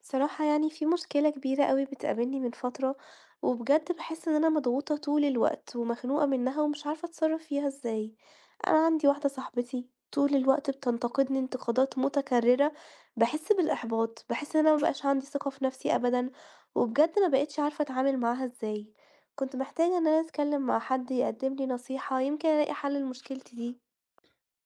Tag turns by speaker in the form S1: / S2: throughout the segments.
S1: بصراحة يعني في مشكلة كبيرة أوي بتقابلني من فترة، وبجد باحس إن أنا مضغوطة طول الوقت ومخنوقة منها ومش عارفة أتصرف فيها إزاي. أنا عندي واحدة صاحبتي طول الوقت بتنتقدني انتقادات متكررة، باحس بالإحباط، باحس إن أنا مبقاش عندي ثقة في نفسي أبدًا، وبجد ما بقيتش عارفة أتعامل معاها إزاي. كنت محتاجة إن أنا أتكلم مع حد يقدم لي نصيحة يمكن ألاقي حل لمشكلتي دي.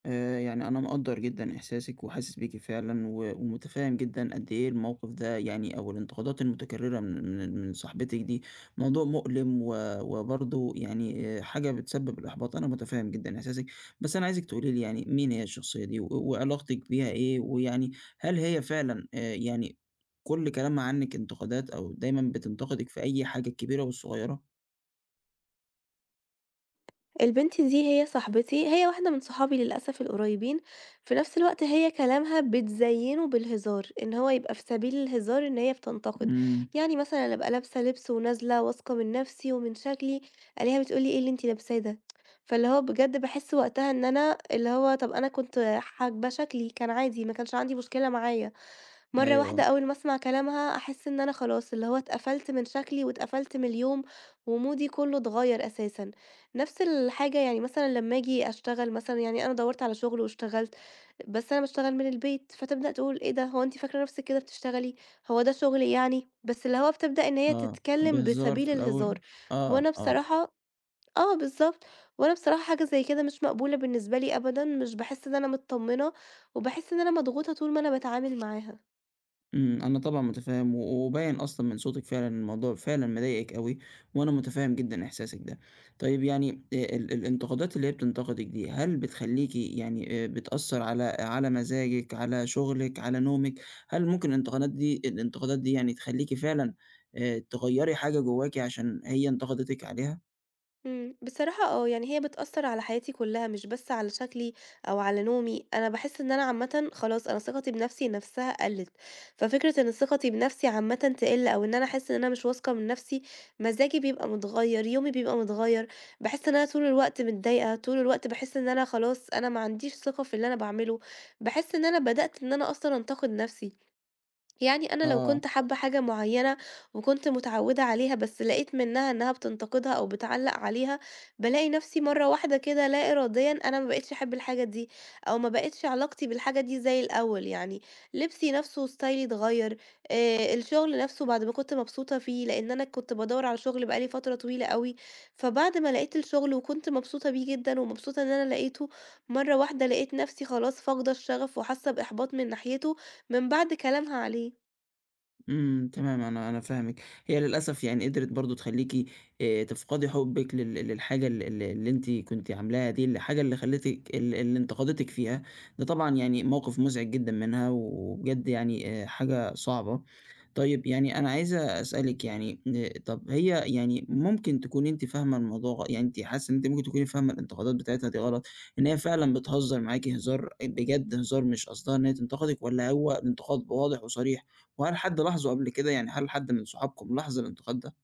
S2: يعني أنا مقدّر جدًا إحساسِك وحاسس بيكِ فعلًا، و ومتفهّم جدًا قد إيه الموقف ده، يعني أو الانتقادات المتكررة من صاحبتِك دي موضوع مؤلم، و وبرضه يعني حاجة بتسبب الإحباط. أنا متفهّم جدًا إحساسِك. بس أنا عايزِك تقولي لي، يعني مين هي الشخصية دي، و وعلاقتِك بيها إيه، ويعني هل هي فعلًا يعني كُلّ كلامها عنِك انتقادات، أو دايمًا بتنتقدِك في أي حاجة الكبيرة والصغيرة؟
S1: البنت دي هي صاحبتي، هي واحدة من صحابي للأسف القريبين، في نفس الوقت هي كلامها بتزيّنه بالهزار، إن هو يبقى في سبيل الهزار إن هي بتنتقد.
S2: إمم،
S1: يعني مثلًا أنا أبقى لابسة لبس ونازلة واثقة من نفسي ومن شكلي، ألاقيها بتقول لي: "إيه اللي أنتِ لابساه ده؟" فاللي هو بجد باحس وقتها إن أنا اللي هو طَب أنا كنت حاجبة شكلي، كان عادي، ما كانش عندي مشكلة معايا. مرة
S2: أيوه،
S1: واحدة أول ما أسمع كلامها أحس إن أنا خلاص اللي هو اتقفلت من شكلي واتقفلت من اليوم ومودي كله اتغير أساسًا. نفس الحاجة يعني مثلًا لما آجي أشتغل، مثلًا يعني أنا دورت على شغل واشتغلت، بس أنا باشتغل من البيت، فتبدأ تقول: إيه ده، هو أنتِ فاكرة نفسِك كده بتشتغلي؟ هو ده شغل يعني؟ بس اللي هو بتبدأ إن هي
S2: آه،
S1: تتكلم
S2: بهزار
S1: بسبيل
S2: في الأول،
S1: الهزار.
S2: آه،
S1: وأنا
S2: آه.
S1: بصراحة آه بالضبط. وأنا بصراحة حاجة زي كده مش مقبولة بالنسبة لي أبدًا، مش باحس إن أنا متطمنة، وباحس إن أنا مضغوطة طول ما أنا باتعامل معاها.
S2: إمم. أنا طبعًا متفهّم، و وباين أصلًا من صوتِك فعلًا إن الموضوع فعلًا مضايقِك أوي، وأنا متفهّم جدًا إحساسِك ده. طيب، يعني ال الانتقادات اللي هي بتنتقدِك دي، هل بتخلّيكِ يعني بتأثّر على مزاجِك، على شغلِك، على نومِك؟ هل ممكن الانتقادات دي يعني تخلّيكِ فعلًا تغيّري حاجة جواكِ عشان هي انتقدتِك عليها؟
S1: بصراحة آه، يعني هي بتأثّر على حياتي كلّها مش بس على شكلي أو على نومي، أنا باحس إن أنا عامةً خلاص أنا ثقتي بنفسي نفسها قلّت. ففكرة إن ثقتي بنفسي عامةً تقِل أو إن أنا أحس إن أنا مش واثقة من نفسي، مزاجي بيبقى متغيّر، يومي بيبقى متغيّر، باحس إن أنا طول الوقت متضايقة، طول الوقت باحس إن أنا خلاص أنا ما عنديش ثقة في اللي أنا باعمله، باحس إن أنا بدأت إن أنا أصلًا أنتقد نفسي. يعني أنا لو
S2: آه.
S1: كنت حابة حاجة معينة وكنت متعودة عليها بس لقيت منها إنها بتنتقدها أو بتعلق عليها، بالاقي نفسي مرة واحدة كده لا إراديًا أنا ما بقيتش أحب الحاجة دي أو ما بقيتش علاقتي بالحاجة دي زي الأول، يعني لبسي نفسه ستايلي اتغير. آه، الشغل نفسه بعد ما كنت مبسوطة فيه، لأن أنا كنت بدور على شغل بقالي فترة طويلة قوي، فبعد ما لقيت الشغل وكنت مبسوطة بيه جدًا ومبسوطة إن أنا لقيته، مرة واحدة لقيت نفسي خلاص فاقدة الشغف وحاسة بإحباط من ناحيته من بعد كلامها عليه.
S2: إمم، تمام، أنا فاهمِك. هي للأسف يعني قدرت برضه تخلّيكِ تفقدي حُبِّك للحاجة ال ال اللي أنتِ كنتِ عاملاها دي، الحاجة اللي خلّتِك اللي انتقدتِك فيها. ده طبعًا يعني موقف مزعج جدًا منها، وبجد يعني حاجة صعبة. طيب، يعني أنا عايزة أسألِك، يعني طَب هي يعني ممكن تكوني أنتِ فاهمة الموضوع يعني أنتِ حاسة إن أنتِ ممكن تكوني فاهمة الانتقادات بتاعتها دي غلط، إن هي فعلًا بتهزّر معاكِ هزار، بجد هزار مش قصدها إن هي تنتقدِك، والّا هو الانتقاد واضح وصريح؟ وهل حد لاحظه قبل كده؟ يعني هل حد من صحابكم لاحظ الانتقاد ده؟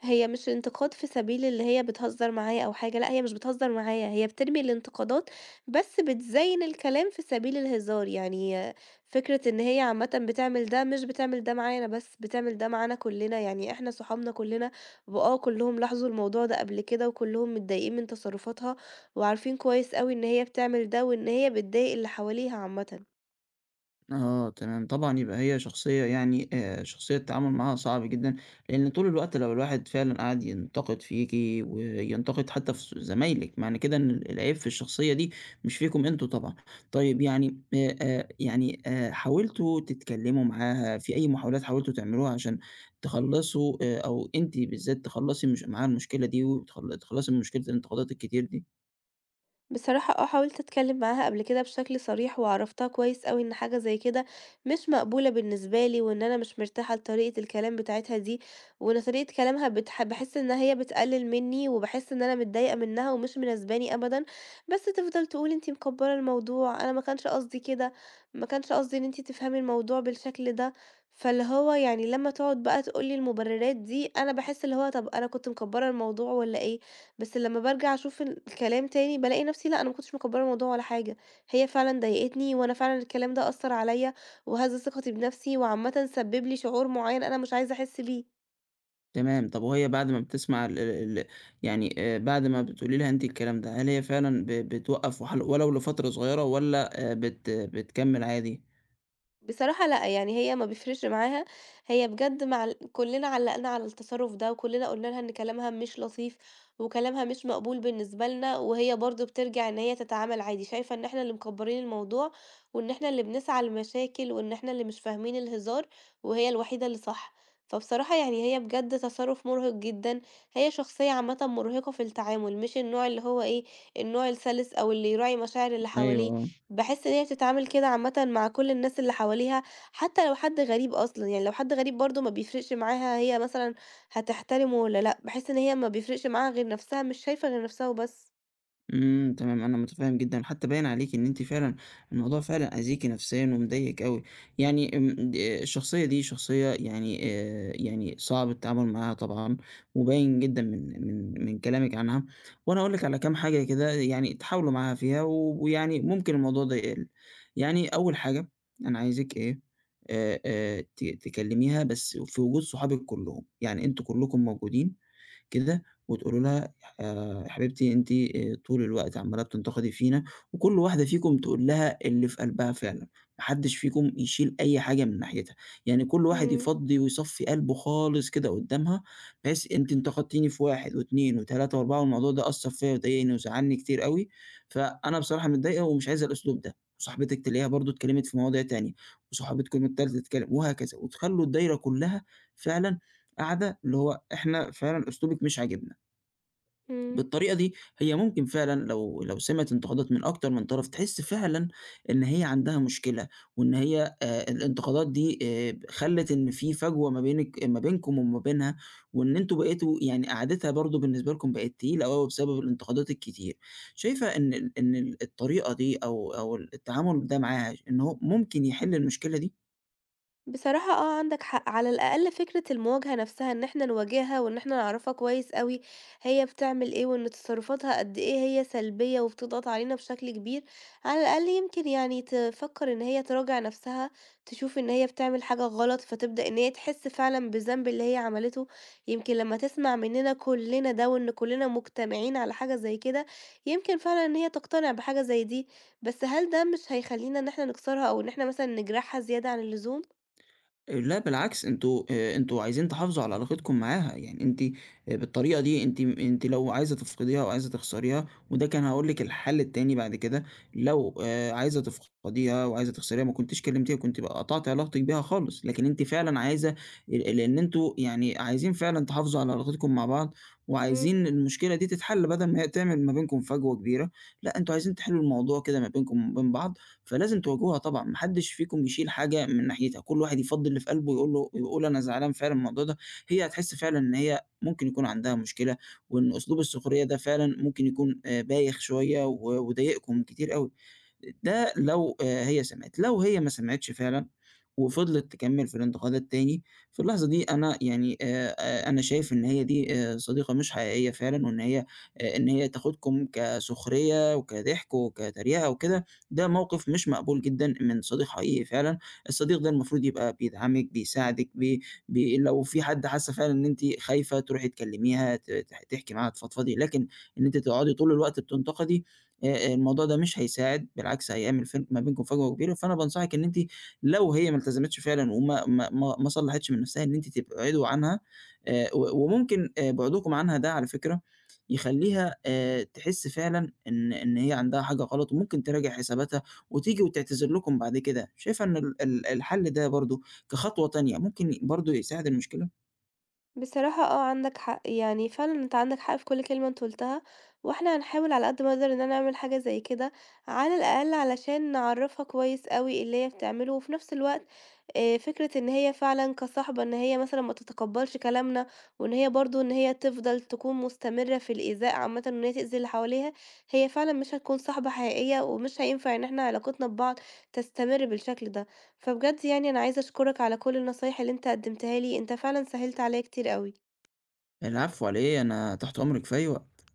S1: هي مش انتقاد في سبيل اللي هي بتهزر معايا أو حاجة، لأ هي مش بتهزر معايا، هي بترمي الانتقادات بس بتزيّن الكلام في سبيل الهزار. يعني فكرة إن هي عامةً بتعمل ده مش بتعمل ده معايا أنا بس، بتعمل ده معانا كلنا، يعني إحنا صحابنا كلنا وآه كلهم لاحظوا الموضوع ده قبل كده وكلهم متضايقين من تصرفاتها، وعارفين كويس أوي إن هي بتعمل ده وإن هي بتضايق اللي حواليها عامةً.
S2: آه، تمام. طبعًا يبقى هي شخصية يعني شخصية التعامل معاها صعب جدًا، لإن طول الوقت لو الواحد فعلًا قعد ينتقد فيكِ وينتقد حتى في زمايلِك، معنى كده إن العيب في الشخصية دي مش فيكم أنتم طبعًا. طيب، يعني يعني حاولتوا تتكلموا معاها؟ في أي محاولات حاولتوا تعملوها عشان تخلّصوا أو أنتِ بالذات تخلّصي مش معاها المشكلة دي، وتخل تخلّصي من مشكلة الانتقادات الكتير دي؟
S1: بصراحة آه، حاولت أتكلّم معاها قبل كده بشكل صريح، وعرّفتها كويس أوي إن حاجة زي كده مش مقبولة بالنسبة لي، وإن أنا مش مرتاحة لطريقة الكلام بتاعتها دي، وإن طريقة كلامها باحس إن هي بتقلل منّي، وباحس إن أنا متضايقة منّها ومش مناسباني أبدًا. بس تفضل تقول أنتِ مكبّرة الموضوع، أنا ما كانش قصدي كده، ما كانش قصدي إن أنتِ تفهمي الموضوع بالشكل ده. فاللي هو يعني لمّا تقعد بقى تقول لي المُبررات دي، أنا باحس اللي هو طَب أنا كنت مكبّرة الموضوع والّا إيه؟ بس لمّا بارجع أشوف الكلام تاني بالاقي نفسي لأ، أنا ما كنتش مكبّرة الموضوع ولا حاجة. هي فعلًا ضايقتني وأنا فعلًا الكلام ده أثّر عليَّ وهز ثقتي بنفسي وعامةً سبِّب لي شعور معيّن أنا مش عايزة أحس بيه.
S2: تمام. طب، وهي بعد ما بتسمع ال ال ال يعني بعد ما بتقولي لها أنتِ الكلام ده، هل هي فعلًا بتوقّف ولو لفترة صغيرة، والّا بت بتكمّل عادي؟
S1: بصراحة لأ، يعني هي ما بيفرقش معاها. هي بجد مع ال كلنا علّقنا على التصرُّف ده، وكلنا قُلنا لها إن كلامها مش لطيف، وكلامها مش مقبول بالنسبة لنا، وهي برضه بترجع إن هي تتعامل عادي، شايفة إن إحنا اللي مكبّرين الموضوع، وإن إحنا اللي بنسعى لمشاكل، وإن إحنا اللي مش فاهمين الهزار، وهي الوحيدة اللي صح. فبصراحة يعني هي بجد تصرُّف مُرهِق جدًا، هي شخصية عامةً مُرهِقة في التعامل، مش النوع اللي هو إيه، النوع السَلِس أو اللي يراعي مشاعر اللي حواليه.
S2: أيوه، آه.
S1: باحس إن هي بتتعامل كده عامةً مع كل الناس اللي حواليها، حتى لو حد غريب أصلًا، يعني لو حد غريب برضه ما بيفرقش معاها هي مثلًا هتحترمه والّا لأ، باحس إن هي ما بيفرقش معاها غير نفسها، مش شايفة غير نفسها وبس.
S2: إمم، تمام. أنا متفهم جدًا، حتى باين عليكِ إن أنتِ فعلًا الموضوع فعلًا أذيكِ نفسيًا ومضايقِك أوي. يعني آمم، د الشخصية دي شخصية يعني يعني صعب التعامل معاها طبعًا، وباين جدًا من كلامِك عنها. وأنا هاقول لِك على كام حاجة كده، يعني تحاولوا معاها فيها، ويعني ممكن الموضوع ده يقل. يعني أول حاجة أنا عايزِك إيه، ت تكلميها بس في وجود صحابِك كلّهم، يعني أنتم كلّكم موجودين كده، وتقولوا لها يا حبيبتي، أنتِ طول الوقت عمّالة بتنتقدي فينا، وكل واحدة فيكم تقول لها اللي في قلبها فعلًا، ما حدش فيكم يشيل أي حاجة من ناحيتها، يعني كل واحد
S1: إمم،
S2: يفضّي ويصفّي قلبه خالص كده قدّامها، بحيث أنتِ انتقدتيني في 1 و2 و3 و4، والموضوع ده أثّر فيّا وضايقني وزعّلني كتير أوي، فأنا بصراحة متضايقة ومش عايزة الأسلوب ده. وصاحبتِك تلاقيها برضه اتكلمت في مواضيع تانية، وصاحبتكم التالتة تتكلم وهكذا، وتخلّوا الدايرة كلّها فعلًا قاعدة اللي هو إحنا فعلًا أسلوبِك مش عاجبنا.
S1: إمم.
S2: بالطريقة دي هي ممكن فعلًا، لو سمعِت انتقادات من أكتر من طرف، تحس فعلًا إن هي عندها مشكلة، وإن هي الانتقادات دي خلّت إن في فجوة ما بينكم وما بينها، وإن أنتم بقيتوا، يعني قعدتها برضه بالنسبة لكم بقت تقيلة أوي بسبب الانتقادات الكتير. شايفة إن إن الطريقة دي أو التعامل ده معاها إن هو ممكن يحل المشكلة دي؟
S1: بصراحة آه عندك حق، على الأقل فكرة المواجهة نفسها إن إحنا نواجهها وإن إحنا نعرفها كويس أوي هي بتعمل إيه وإن تصرفاتها قد إيه هي سلبية وبتضغط علينا بشكل كبير. على الأقل يمكن يعني تفكر إن هي تراجع نفسها، تشوف إن هي بتعمل حاجة غلط فتبدأ إن هي تحس فعلا بالذنب اللي هي عملته، يمكن لما تسمع مننا كلنا ده وإن كلنا مجتمعين على حاجة زي كده يمكن فعلا إن هي تقتنع بحاجة زي دي. بس هل ده مش هيخلينا إن إحنا نكسرها أو إن إحنا مثلا نجرحها زيادة عن اللزوم؟
S2: آه، لأ بالعكس، أنتم عايزين تحافظوا على علاقتكم معاها. يعني أنتِ، بالطريقة دي، أنتِ لو عايزة تفقديها أو عايزة تخسريها، وده كان هاقول لِك الحل التاني بعد كده. لو عايزة تفقديها وعايزة تخسريها، ما كنتيش كلمتيها، كنت بقى قطعتِ علاقتِك بيها خالص. لكن أنتِ فعلًا عايزة، لإن أنتم يعني عايزين فعلًا تحافظوا على علاقتكم مع بعض، وعايزين
S1: إمم،
S2: المشكلة دي تتحل بدل ما هي تعمل ما بينكم فجوة كبيرة. لأ، أنتم عايزين تحلوا الموضوع كده ما بينكم وما بين بعض. فلازم تواجهوها طبعًا، ما حدش فيكم يشيل حاجة من ناحيتها، كل واحد يفضّي اللي في قلبه ويقول له، ويقول أنا زعلان فعلًا من الموضوع ده. هي هتحس فعلًا إن هي ممكن يكون عندها مشكلة، وإن أسلوب السخرية ده فعلًا ممكن يكون بايخ شوية و وضايقكم كتير أوي. ده لو هي سمعِت. لو هي ما سمعِتش فعلًا وفضلت تكمّل في الانتقاد التاني، في اللحظة دي أنا يعني أنا شايف إن هي دي صديقة مش حقيقية فعلًا، وإن هي إن هي تاخُدكم كسخرية وكضحك وكتريقة وكده. ده موقِف مش مقبول جدًا من صديق حقيقي فعلًا. الصديق ده المفروض يبقى بيدعمِك، بيساعدِك، بي بي لو في حد حاسّة فعلًا إن أنتِ خايفة تروحي تكلّميها، ت تح تحكي معاها، تفضفضي. لكن إن أنتِ تقعُدي طول الوقت بتنتقدي، الموضوع ده مش هيساعد، بالعكس هيعمل ما بينكم فجوة كبيرة. فأنا بانصحِك إن أنتِ، لو هي ما التزمتش فعلًا وما ما ما ما صلّحتش من نفسها، إن أنتِ تبعدوا عنها. و وممكن بعدكم عنها ده، على فكرة، يخلّيها تحس فعلًا إن هي عندها حاجة غلط، وممكن تراجع حساباتها وتيجي وتعتذر لكم بعد كده. شايفة إن ال ال الحل ده برضه كخطوة تانية ممكن برضه يساعد المشكلة؟
S1: بصراحة آه، عندك حق، يعني فعلًا أنت عندك حق في كل كلمة أنت قُلتها، وإحنا هنحاول على قد ما نقدر إننا نعمل حاجة زي كده، على الأقل علشان نعرّفها كويس أوي اللي هي بتعمله. وفي نفس الوقت فكرة إن هي فعلًا كصاحبة إن هي مثلًا ما تتقبّلش كلامنا، وإن هي برضه إن هي تفضل تكون مستمرة في الإيذاء عامةً وإن هي تأذي اللي حواليها، هي فعلًا مش هتكون صاحبة حقيقية، ومش هينفع إن إحنا علاقتنا ببعض تستمر بالشكل ده. فبجد يعني أنا عايزة أشكرك على كل النصايح اللي أنت قدمتها لي، أنت فعلًا سهّلت عليّا كتير أوي.
S2: العفو على إيه، أنا تحت أمرِك في أي وقت.